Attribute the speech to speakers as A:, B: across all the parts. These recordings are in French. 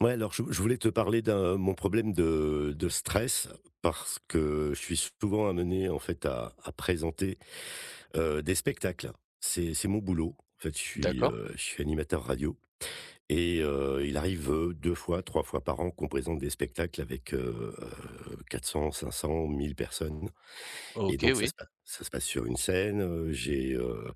A: Ouais, alors je voulais te parler d'un mon problème de stress parce que je suis souvent amené en fait à présenter, des spectacles. C'est mon boulot. En fait, je suis,
B: D'accord.
A: heu, je suis animateur radio et il arrive, 2 fois, 3 fois par an qu'on présente des spectacles avec, quatre cents, cinq cents, mille personnes et
B: OK,
A: donc ça
B: oui.
A: se passe ça se passe sur une scène, j'ai,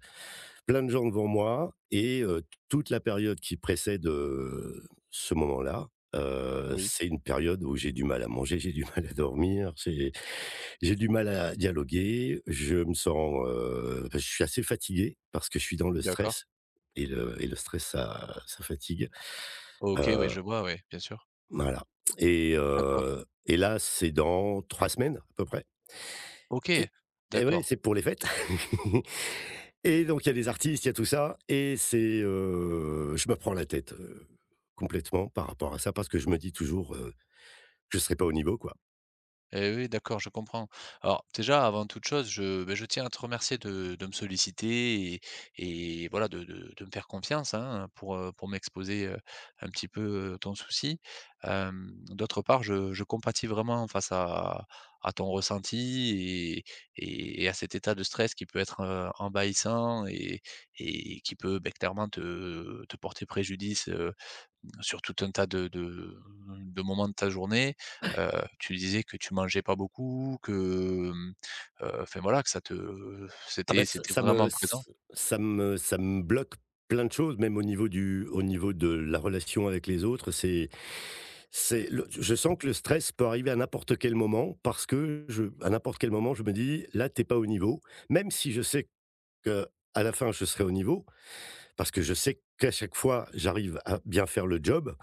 A: plein de gens devant moi et toute la période qui précède, ce moment-là,
B: Oui.
A: c'est une période où j'ai du mal à manger, j'ai du mal à dormir, j'ai du mal à dialoguer, je suis assez fatigué parce que je suis dans le
B: D'accord.
A: stress et le stress ça fatigue,
B: OK, oui,
A: heu,
B: je vois, oui, bien sûr.
A: voilà et
B: D'accord.
A: heu et là, c'est dans 3 semaines à peu près.
B: OK.
A: Et et ouais,
B: D'accord.
A: c'est pour les fêtes et donc il y a des artistes, il y a tout ça et c'est, je me prends la tête, complètement par rapport à ça parce que je me dis toujours, que je ne serai pas au niveau, quoi.
B: Eh oui, d'accord, je comprends. Alors déjà, avant toute chose, je tiens à te remercier de me solliciter et voilà, de me faire confiance hein, pour m'exposer un petit peu ton souci. Euh, D'autre part, je compatis vraiment face à ton ressenti et à cet état de stress qui peut être envahissant et qui peut beh, clairement te porter préjudice sur tout un tas de moments de ta journée. Euh, Tu disais que tu mangeais pas beaucoup, que, hem, enfin voilà, que ça te
A: Ah ben
B: c'était
A: ça
B: c'était
A: ça me
B: vraiment présent.
A: ça me ça me bloque plein de choses, même au niveau de la relation avec les autres, c'est le je sens que le stress peut arriver à n'importe quel moment parce que je à n'importe quel moment, je me dis: «Là, t'es pas au niveau», même si je sais que à la fin, je serai au niveau. Parce que je sais qu'à chaque fois, j'arrive à bien faire le job.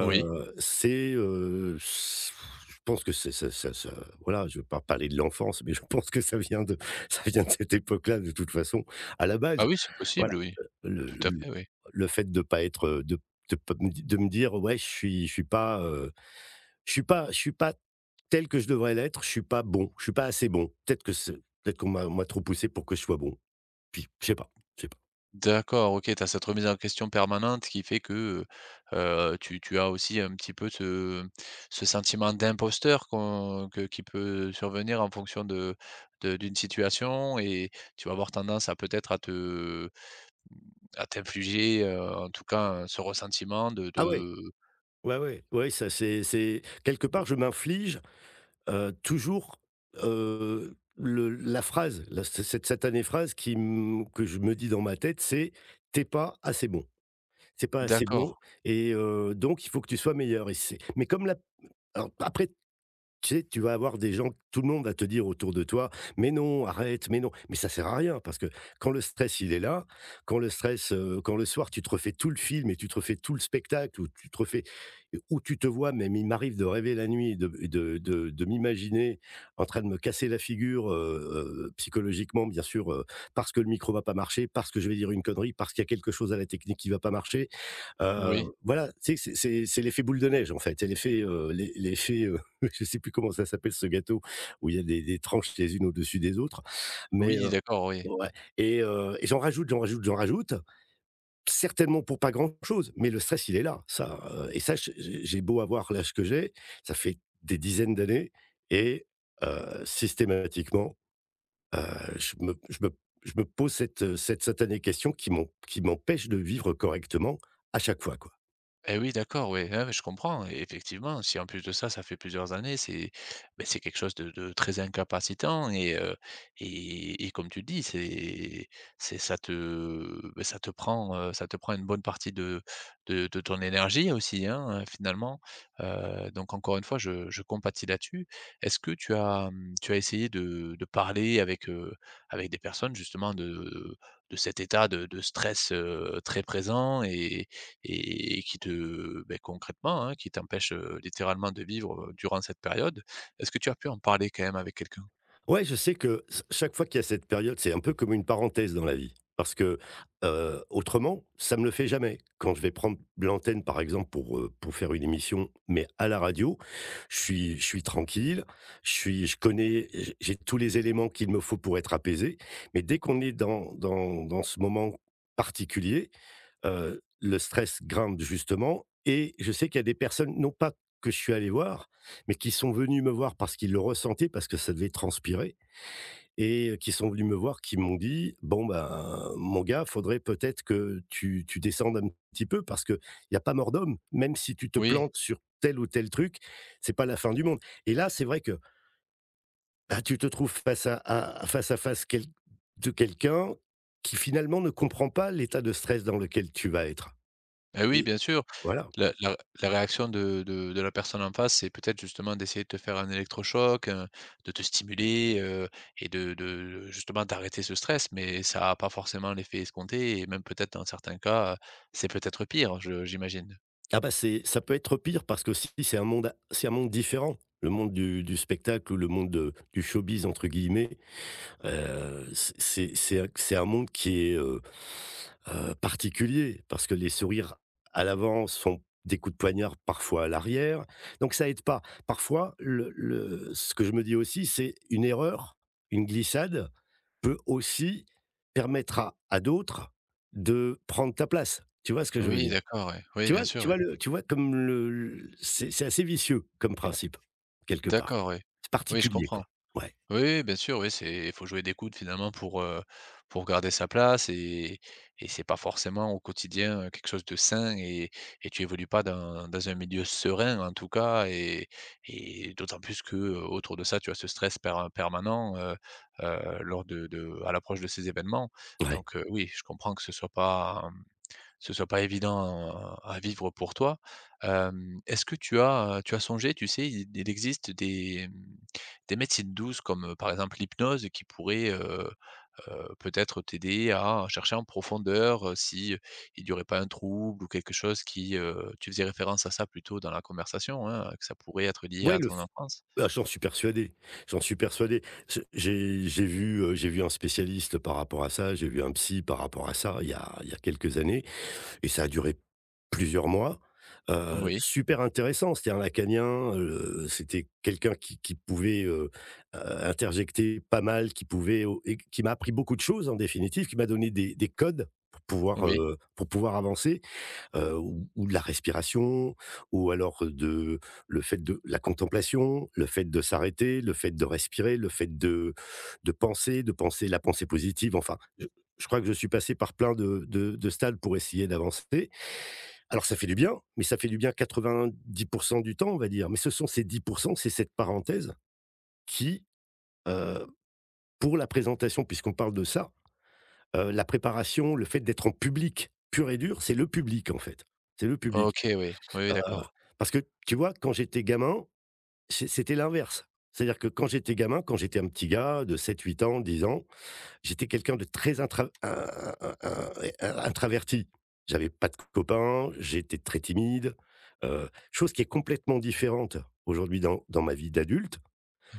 B: Oui.
A: C'est, s Je pense que c'est ça, voilà, je ne veux pas parler de l'enfance, mais je pense que ça vient de ça vient de cette époque-là de toute façon, à la
B: Ah
A: base.
B: oui, c'est
A: Voilà,
B: possible, oui.
A: le
B: Tout à
A: le
B: fait, oui.
A: le fait de pas être, de pas me di de me dire: «Ouais, je suis pas, je suis pas tel que je devrais l'être, je suis pas bon, je suis pas assez bon». Peut-être que c'est peut-être qu'on m'a on m'a trop poussé pour que je sois bon. Puis je sais pas, je sais pas.
B: D'accord, OK, tu as cette remise en question permanente qui fait que, heu tu as aussi un petit peu ce sentiment d'imposteur qu'on que qui peut survenir en fonction de d'une situation et tu vas avoir tendance à peut-être à te à t'infliger, en tout cas, ce ressentiment de
A: Ah ouais!
B: de
A: Ouais, ouais, ouais, ça, c'est quelque part je m'inflige, toujours, le la phrase, la c cette satanée phrase qui m que je me dis dans ma tête, c'est: t'es pas assez bon. C'est pas assez
B: d'accord,
A: bon et donc il faut que tu sois meilleur» et c'est mais comme la alors après tu sais, tu vas avoir des gens tout le monde va te dire autour de toi: «Mais non, arrête, mais non». Mais ça sert à rien parce que quand le stress, il est là, quand le soir, tu te refais tout le film et tu te refais tout le spectacle ou tu te vois, même il m'arrive de rêver la nuit et de m'imaginer en train de me casser la figure, psychologiquement, bien sûr, parce que le micro va pas marcher, parce que je vais dire une connerie, parce qu'il y a quelque chose à la technique qui va pas marcher.
B: oui.
A: Heu, voilà, tu sais, c'est l'effet boule de neige, en fait. C'est l'effet, je sais plus comment ça s'appelle ce gâteau où il y a des tranches les unes au-dessus des autres, mais
B: Oui, d'accord, oui.
A: ouais et j'en rajoute, j'en rajoute, j'en rajoute, certainement pour pas grand-chose, mais le stress, il est là, ça, et ça, je j'ai beau avoir l'âge que j'ai, ça fait des dizaines d'années et systématiquement, heu, je me je me je me pose cette satanée question qui m'empêche de vivre correctement à chaque fois, quoi.
B: Eh oui, d'accord, oui. Ah, mais je comprends, et effectivement, si en plus de ça, ça fait plusieurs années, c'est beh, c'est quelque chose de très incapacitant et comme tu dis, c'est ça te beh, ça te prend une bonne partie de ton énergie aussi, hein, finalement. Donc encore une fois, je compatis là-dessus. Est-ce que tu as, mmh, tu as essayé de parler avec, avec des personnes justement de cet état de stress, très présent et qui te beh, concrètement, hein, qui t'empêche, littéralement de vivre, durant cette période. Est-ce que tu as pu en parler quand même avec quelqu'un?
A: Ouais, je sais que ç chaque fois qu'il y a cette période, c'est un peu comme une parenthèse dans la vie parce que, autrement, ça me le fait jamais. Quand je vais prendre l'antenne, par exemple, pour faire une émission, mais à la radio, je suis tranquille, je suis je connais j'ai tous les éléments qu'il me faut pour être apaisé, mais dès qu'on est dans ce moment particulier, le stress grimpe justement et je sais qu'il y a des personnes, non pas que je suis allé voir, mais qui sont venus me voir parce qu'ils le ressentaient, parce que ça devait transpirer et qui sont venus me voir, qui m'ont dit: «Bon, ben, mon gars, faudrait peut-être que tu descendes un petit peu parce qu'il y a pas mort d'homme. Même si tu te
B: Oui,
A: plantes sur tel ou tel truc, c'est pas la fin du monde» et là, c'est vrai que, bah, tu te trouves face à face quel de quelqu'un qui finalement ne comprend pas l'état de stress dans lequel tu vas être
B: eh oui,
A: et
B: bien sûr.
A: voilà.
B: La la la réaction de la personne en face, c'est peut-être justement d'essayer de te faire un électrochoc, de te stimuler, et de justement d'arrêter ce stress, mais ça a pas forcément l'effet escompté et même peut-être dans certains cas, c'est peut-être pire, je j'imagine?
A: Ah bah, c'est ça peut être pire parce que qu'aussi c'est un monde différent. Le monde du spectacle ou le monde de du «showbiz» entre guillemets, c'est un monde qui est, particulier parce que les sourires à l'avant sont des coups de poignard parfois à l'arrière, donc ça aide pas. Parfois le ce que je me dis aussi, c'est une erreur, une glissade peut aussi permettre à d'autres de prendre ta place. Tu vois ce que je veux
B: Oui,
A: dire?
B: d'accord, ouais. Oui, bien sûr,
A: Tu
B: oui.
A: vois le tu vois comme le c'est assez vicieux comme principe, quelque part.
B: D'accord, oui.
A: C'est
B: Oui, je
A: particulier,
B: comprends.
A: quoi. Ouais,
B: Oui, bien sûr, oui, c'est il faut jouer des coudes finalement pour garder sa place et c'est pas forcément au quotidien, quelque chose de sain et tu évolues pas dans dans un milieu serein en tout cas et d'autant plus que, autour de ça, tu as ce stress permanent, lors de à l'approche de ces événements.
A: ouais.
B: Donc, oui, je comprends que ce soit pas, mmh ce soit pas évident à vivre pour toi. Hem, est-ce que tu as songé, tu sais, il existe des, mmh, des médecines douces comme, par exemple l'hypnose qui pourrait, peut-être t'aider à chercher en profondeur, si, il n'y aurait pas un trouble ou quelque chose qui, tu faisais référence à ça plutôt dans la conversation, hein, que ça pourrait être lié
A: Ouais,
B: à
A: le
B: ton
A: f
B: enfance?
A: ah, j'en suis persuadé, j'en suis persuadé. Je j'ai vu un spécialiste par rapport à ça, j'ai vu un psy par rapport à ça, il y a quelques années et ça a duré plusieurs mois,
B: Oui,
A: super intéressant. C'était un lacanien, c'était quelqu'un qui pouvait, interjecter pas mal, qui pouvait au et qui m'a appris beaucoup de choses en définitive, qui m'a donné des codes pour pouvoir,
B: oui.
A: heu, pour pouvoir avancer, ou de la respiration ou alors de le fait de la contemplation, le fait de s'arrêter, le fait de respirer, le fait de penser la pensée positive. Enfin, je crois que je suis passé par plein de stades pour essayer d'avancer, alors ça fait du bien, mais ça fait du bien 90 du temps, on va dire. Mais ce sont ces 10, c'est cette parenthèse qui, heu, pour la présentation, puisqu'on parle de ça, la préparation, le fait d'être en public pur et dur, c'est le public, en fait. C'est le public.
B: OK, oui. Oui, oui, d'accord.
A: Parce que tu vois, quand j'étais gamin, c'était l'inverse. C'est-à-dire que quand j'étais gamin, quand j'étais un petit gars de sept, huit ans, 10 ans, j'étais quelqu'un de très intraverti. J'avais pas de copains, j'étais très timide, chose qui est complètement différente aujourd'hui dans ma vie d'adulte,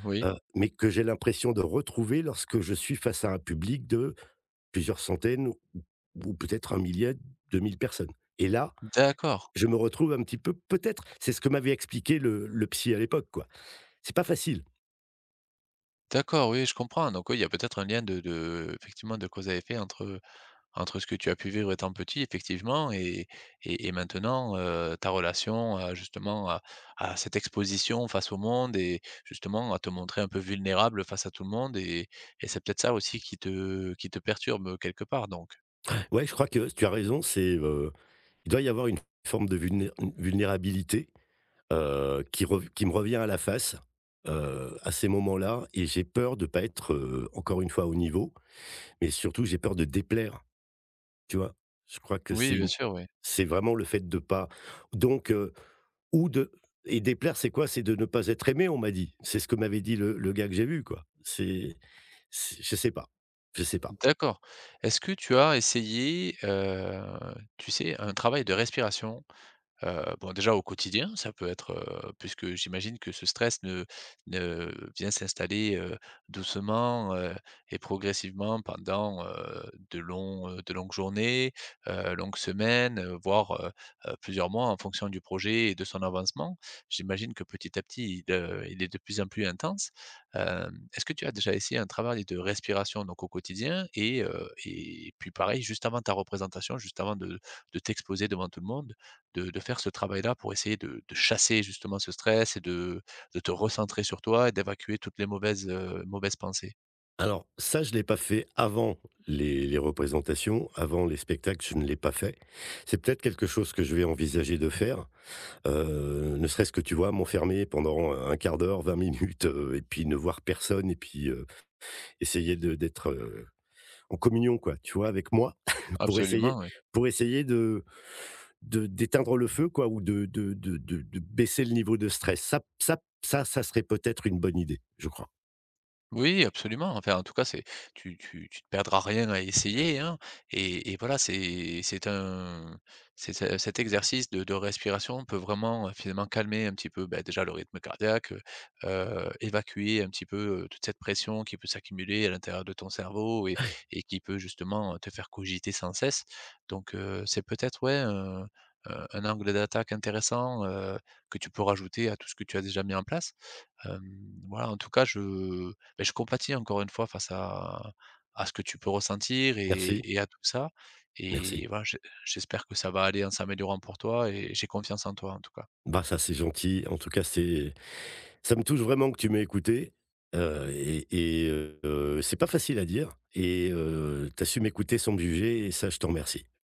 B: Oui.
A: mais que j'ai l'impression de retrouver lorsque je suis face à un public de plusieurs centaines ou peut-être un 000 000 mille personnes et là,
B: D'accord,
A: je me retrouve un petit peu, peut-être c'est ce que m'avait expliqué le psy à l'époque, quoi. C'est pas facile.
B: d'accord, oui, je comprends. Donc oui, il y a peut-être un lien de effectivement de cause à effet entre entre ce que tu as pu vivre étant petit effectivement et maintenant, ta relation à justement à cette exposition face au monde et justement à te montrer un peu vulnérable face à tout le monde et c'est peut-être ça aussi qui te perturbe, quelque part donc?
A: Ouais, je crois que tu as raison, il doit y avoir une forme de vulnérabilité, qui me revient à la face, à ces moments-là, et j'ai peur de pas être, encore une fois, au niveau, mais surtout j'ai peur de déplaire, tu vois? Je crois que
B: Oui, bien sûr, oui.
A: c'est vraiment le fait de pas, donc, Ou de et déplaire, c'est quoi? C'est de ne pas être aimé, on m'a dit. C'est ce que m'avait dit le gars que j'ai vu, quoi. C'est Je sais pas, je sais pas.
B: D'accord. Est-ce que tu as essayé, tu sais, un travail de respiration? Bon déjà au quotidien, ça peut être, puisque j'imagine que ce stress ne vient s'installer, doucement, et progressivement pendant, de longs, de longues journées, longues semaines, voire, plusieurs mois en fonction du projet et de son avancement. J'imagine que petit à petit, il est de plus en plus intense. Hem, est-ce que tu as déjà essayé un travail de respiration donc au quotidien et puis pareil, juste avant ta représentation, juste avant de t'exposer devant tout le monde? De faire ce travail-là pour essayer de chasser justement ce stress et de te recentrer sur toi et d'évacuer toutes les mauvaises, mauvaises pensées.
A: Alors ça, je l'ai pas fait avant les représentations, avant les spectacles, je ne l'ai pas fait. C'est peut-être quelque chose que je vais envisager de faire, ne serait-ce que, tu vois, m'enfermer pendant un quart d'heure, 20 minutes, et puis ne voir personne et puis, essayer de d'être, en communion, quoi, tu vois, avec moi pour essayer
B: Absolument, oui.
A: pour essayer de d'éteindre le feu, quoi, ou de baisser le niveau de stress. Ça serait peut-être une bonne idée, je crois.
B: Oui, absolument. Enfin, en tout cas, c'est tu te perdras rien à essayer, hein et voilà, c'est un c'est ce cet exercice de respiration peut vraiment, finalement calmer un petit peu, bah, déjà le rythme cardiaque, évacuer un petit peu, toute cette pression qui peut s'accumuler à l'intérieur de ton cerveau et qui peut justement te faire cogiter sans cesse. Donc, c'est peut-être, ouais, un un angle d'attaque intéressant, que tu peux rajouter à tout ce que tu as déjà mis en place. Hem, voilà, en tout cas, je beh, je compatis encore une fois face à ce que tu peux ressentir
A: Merci,
B: et à tout ça
A: merci.
B: et voilà, j'espère que ça va aller en s'améliorant pour toi et j'ai confiance en toi, en tout cas.
A: Bah, ça, c'est gentil. En tout cas, c'est ça me touche vraiment que tu m'aies écouté, et et c'est pas facile à dire et tu su m'écouter sans me juger et ça, je t'en remercie.